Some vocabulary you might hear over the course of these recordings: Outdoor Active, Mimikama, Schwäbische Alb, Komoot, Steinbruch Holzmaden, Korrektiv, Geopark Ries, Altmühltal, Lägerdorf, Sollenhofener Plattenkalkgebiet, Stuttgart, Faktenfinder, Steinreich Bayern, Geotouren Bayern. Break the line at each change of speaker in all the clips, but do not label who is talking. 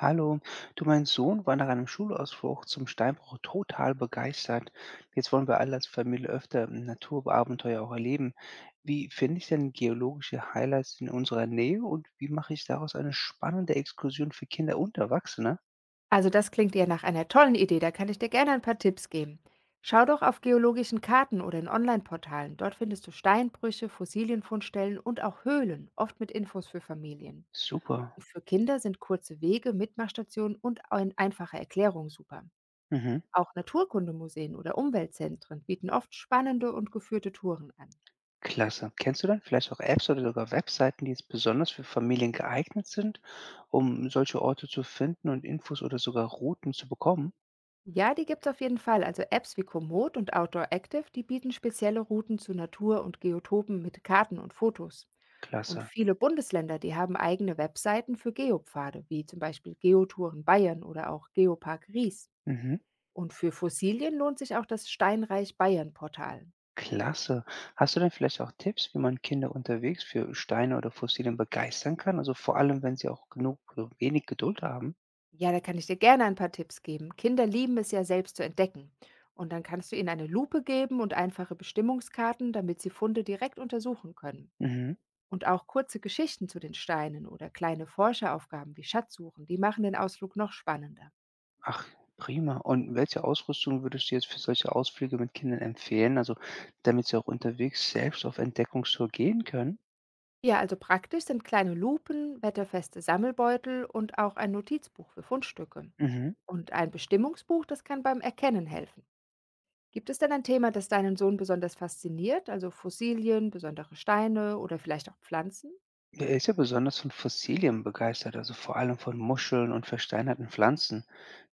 Hallo, du, mein Sohn war nach einem Schulausflug zum Steinbruch total begeistert. Jetzt wollen wir alle als Familie öfter Naturabenteuer auch erleben. Wie finde ich denn geologische Highlights in unserer Nähe und wie mache ich daraus eine spannende Exkursion für Kinder und Erwachsene?
Also das klingt ja nach einer tollen Idee, da kann ich dir gerne ein paar Tipps geben. Schau doch auf geologischen Karten oder in Online-Portalen. Dort findest du Steinbrüche, Fossilienfundstellen und auch Höhlen, oft mit Infos für Familien.
Super.
Für Kinder sind kurze Wege, Mitmachstationen und ein einfache Erklärung super.
Mhm.
Auch Naturkundemuseen oder Umweltzentren bieten oft spannende und geführte Touren an.
Klasse. Kennst du dann vielleicht auch Apps oder sogar Webseiten, die jetzt besonders für Familien geeignet sind, um solche Orte zu finden und Infos oder sogar Routen zu bekommen?
Ja, die gibt's auf jeden Fall. Also Apps wie Komoot und Outdoor Active, die bieten spezielle Routen zu Natur und Geotopen mit Karten und Fotos. Und
Klasse.
viele Bundesländer, die haben eigene Webseiten für Geopfade, wie zum Beispiel Geotouren Bayern oder auch Geopark Ries.
Mhm.
Und für Fossilien lohnt sich auch das Steinreich Bayern Portal.
Klasse. Hast du denn vielleicht auch Tipps, wie man Kinder unterwegs für Steine oder Fossilien begeistern kann? Also vor allem, wenn sie auch genug oder wenig Geduld haben?
Ja, da kann ich dir gerne ein paar Tipps geben. Kinder lieben es ja selbst zu entdecken. Und dann kannst du ihnen eine Lupe geben und einfache Bestimmungskarten, damit sie Funde direkt untersuchen können.
Mhm.
Und auch kurze Geschichten zu den Steinen oder kleine Forscheraufgaben wie Schatzsuchen, die machen den Ausflug noch spannender.
Ach, prima. Und welche Ausrüstung würdest du jetzt für solche Ausflüge mit Kindern empfehlen? Also, damit sie auch unterwegs selbst auf Entdeckungstour gehen können?
Ja, also praktisch sind kleine Lupen, wetterfeste Sammelbeutel und auch ein Notizbuch für Fundstücke.
Mhm.
Und ein Bestimmungsbuch, das kann beim Erkennen helfen. Gibt es denn ein Thema, das deinen Sohn besonders fasziniert, also Fossilien, besondere Steine oder vielleicht auch Pflanzen?
Er ist ja besonders von Fossilien begeistert, also vor allem von Muscheln und versteinerten Pflanzen.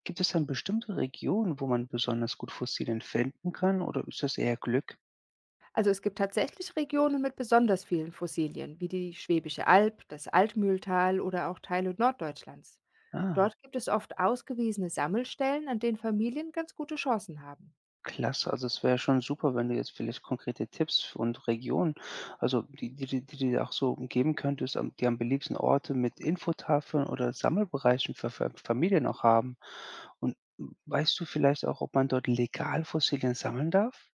Gibt es dann bestimmte Regionen, wo man besonders gut Fossilien finden kann, oder ist das eher Glück?
Also es gibt tatsächlich Regionen mit besonders vielen Fossilien, wie die Schwäbische Alb, das Altmühltal oder auch Teile Norddeutschlands.
Ah.
Dort gibt es oft ausgewiesene Sammelstellen, an denen Familien ganz gute Chancen haben.
Klasse, also es wäre schon super, wenn du jetzt vielleicht konkrete Tipps und Regionen, also die du dir auch so geben könntest, am die am beliebsten Orte mit Infotafeln oder Sammelbereichen für Fa Familien auch haben. Und weißt du vielleicht auch, ob man dort legal Fossilien sammeln darf?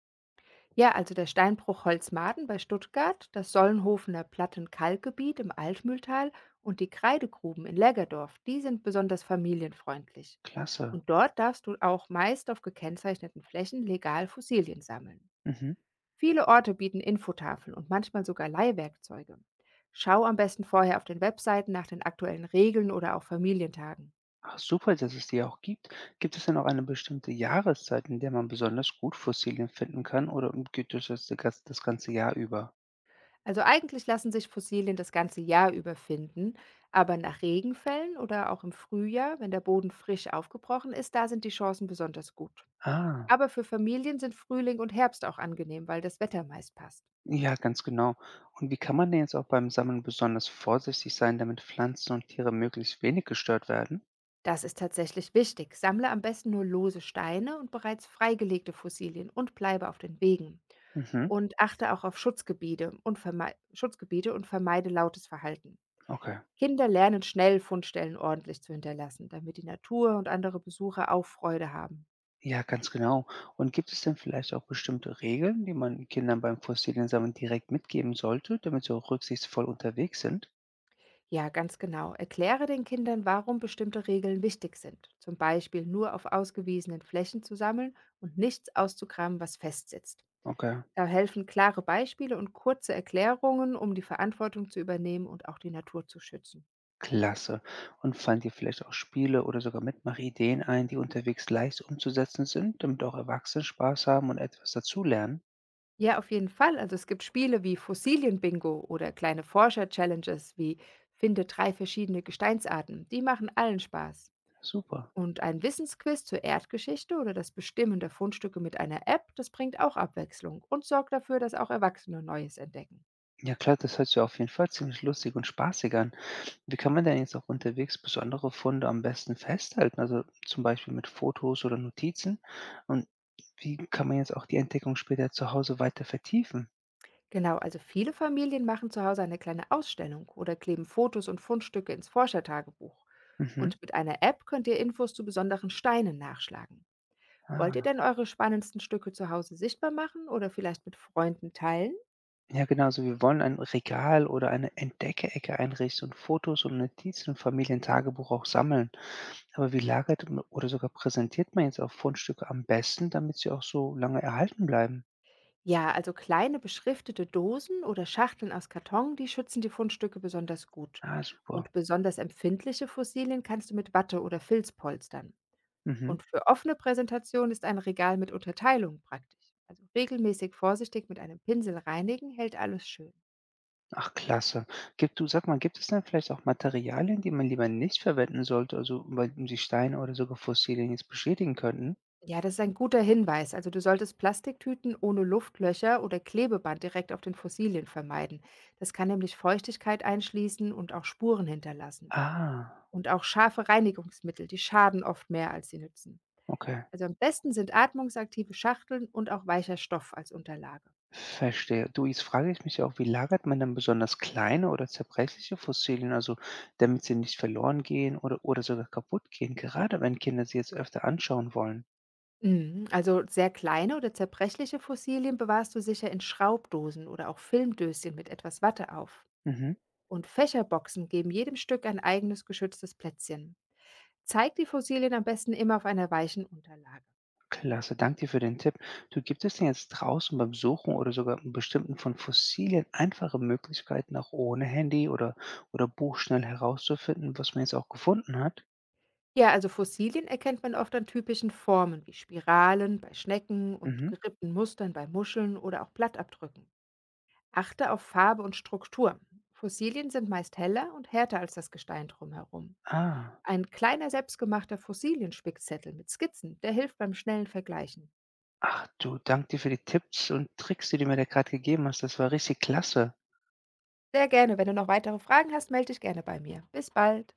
Ja, also der Steinbruch Holzmaden bei Stuttgart, das Sollenhofener Plattenkalkgebiet im Altmühltal und die Kreidegruben in Lägerdorf, die sind besonders familienfreundlich.
Klasse.
Und dort darfst du auch meist auf gekennzeichneten Flächen legal Fossilien sammeln.
Mhm.
Viele Orte bieten Infotafeln und manchmal sogar Leihwerkzeuge. Schau am besten vorher auf den Webseiten nach den aktuellen Regeln oder auch Familientagen.
Ah, super, dass es die auch gibt. Gibt es denn auch eine bestimmte Jahreszeit, in der man besonders gut Fossilien finden kann oder gibt es das ganze Jahr über?
Also eigentlich lassen sich Fossilien das ganze Jahr über finden, aber nach Regenfällen oder auch im Frühjahr, wenn der Boden frisch aufgebrochen ist, da sind die Chancen besonders gut.
Ah.
Aber für Familien sind Frühling und Herbst auch angenehm, weil das Wetter meist passt.
Ja, ganz genau. Und wie kann man denn jetzt auch beim Sammeln besonders vorsichtig sein, damit Pflanzen und Tiere möglichst wenig gestört werden?
Das ist tatsächlich wichtig. Sammle am besten nur lose Steine und bereits freigelegte Fossilien und bleibe auf den Wegen.
Mhm,
Und achte auch auf Schutzgebiete und, vermei Schutzgebiete und vermeide lautes Verhalten.
okay.
Kinder lernen schnell, Fundstellen ordentlich zu hinterlassen, damit die Natur und andere Besucher auch Freude haben.
Ja, ganz genau. Und gibt es denn vielleicht auch bestimmte Regeln, die man Kindern beim fossilen Sammeln direkt mitgeben sollte, damit sie auch rücksichtsvoll unterwegs sind?
Ja, ganz genau. Erkläre den Kindern, warum bestimmte Regeln wichtig sind. Zum Beispiel nur auf ausgewiesenen Flächen zu sammeln und nichts auszugraben, was festsitzt.
Okay,
Da helfen klare Beispiele und kurze Erklärungen, um die Verantwortung zu übernehmen und auch die Natur zu schützen.
klasse. Und fallen dir vielleicht auch Spiele oder sogar Mitmachideen ein, die unterwegs leicht umzusetzen sind, damit auch Erwachsene Spaß haben und etwas dazulernen?
Ja, auf jeden Fall. Also es gibt Spiele wie Fossilienbingo oder kleine Forscher-Challenges wie Finde 3 verschiedene Gesteinsarten. Die machen allen Spaß.
Super.
Und ein Wissensquiz zur Erdgeschichte oder das Bestimmen der Fundstücke mit einer App, das bringt auch Abwechslung und sorgt dafür, dass auch Erwachsene Neues entdecken.
Ja klar, das hört sich auf jeden Fall ziemlich lustig und spaßig an. Wie kann man denn jetzt auch unterwegs besondere Funde am besten festhalten? Also zum Beispiel mit Fotos oder Notizen. Und wie kann man jetzt auch die Entdeckung später zu Hause weiter vertiefen?
Genau, also viele Familien machen zu Hause eine kleine Ausstellung oder kleben Fotos und Fundstücke ins Forschertagebuch.
Mhm.
Und mit einer App könnt ihr Infos zu besonderen Steinen nachschlagen. Wollt ihr
Ah.
denn eure spannendsten Stücke zu Hause sichtbar machen oder vielleicht mit Freunden teilen?
Ja, genau. Also wir wollen ein Regal oder eine Entdeckerecke einrichten und Fotos und Notizen im Familientagebuch auch sammeln. Aber wie lagert oder sogar präsentiert man jetzt auch Fundstücke am besten, damit sie auch so lange erhalten bleiben?
Ja, also kleine beschriftete Dosen oder Schachteln aus Karton, die schützen die Fundstücke besonders gut.
Ah, super.
Und besonders empfindliche Fossilien kannst du mit Watte oder Filz polstern.
Mhm.
Und für offene Präsentation ist ein Regal mit Unterteilung praktisch. Also regelmäßig vorsichtig mit einem Pinsel reinigen, hält alles schön.
Ach, klasse. Gibt du sag mal, gibt es denn vielleicht auch Materialien, die man lieber nicht verwenden sollte, also, weil sie Steine oder sogar Fossilien jetzt beschädigen könnten?
Ja, das ist ein guter Hinweis. Also du solltest Plastiktüten ohne Luftlöcher oder Klebeband direkt auf den Fossilien vermeiden. Das kann nämlich Feuchtigkeit einschließen und auch Spuren hinterlassen.
Ah,
Und auch scharfe Reinigungsmittel, die schaden oft mehr, als sie nützen.
okay,
Also am besten sind atmungsaktive Schachteln und auch weicher Stoff als Unterlage.
verstehe. Du, jetzt frage ich mich ja auch, wie lagert man denn besonders kleine oder zerbrechliche Fossilien, also damit sie nicht verloren gehen oder sogar kaputt gehen, gerade wenn Kinder sie jetzt öfter anschauen wollen?
Mhm. Also sehr kleine oder zerbrechliche Fossilien bewahrst du sicher in Schraubdosen oder auch Filmdöschen mit etwas Watte auf.
Mhm.
Und Fächerboxen geben jedem Stück ein eigenes geschütztes Plätzchen. Zeig die Fossilien am besten immer auf einer weichen Unterlage.
Klasse, danke dir für den Tipp. Du, gibt es denn jetzt draußen beim Suchen oder sogar im Bestimmten von Fossilien einfache Möglichkeiten, auch ohne Handy oder Buch schnell herauszufinden, was man jetzt auch gefunden hat?
Ja, also Fossilien erkennt man oft an typischen Formen wie Spiralen bei Schnecken und
Mhm.
gerippten Mustern bei Muscheln oder auch Blattabdrücken. Achte auf Farbe und Struktur. Fossilien sind meist heller und härter als das Gestein drumherum.
Ah.
Ein kleiner selbstgemachter Fossilienspickzettel mit Skizzen, der hilft beim schnellen Vergleichen.
Ach du, danke dir für die Tipps und Tricks, die du mir da gerade gegeben hast. Das war richtig klasse.
Sehr gerne. Wenn du noch weitere Fragen hast, melde dich gerne bei mir. Bis bald.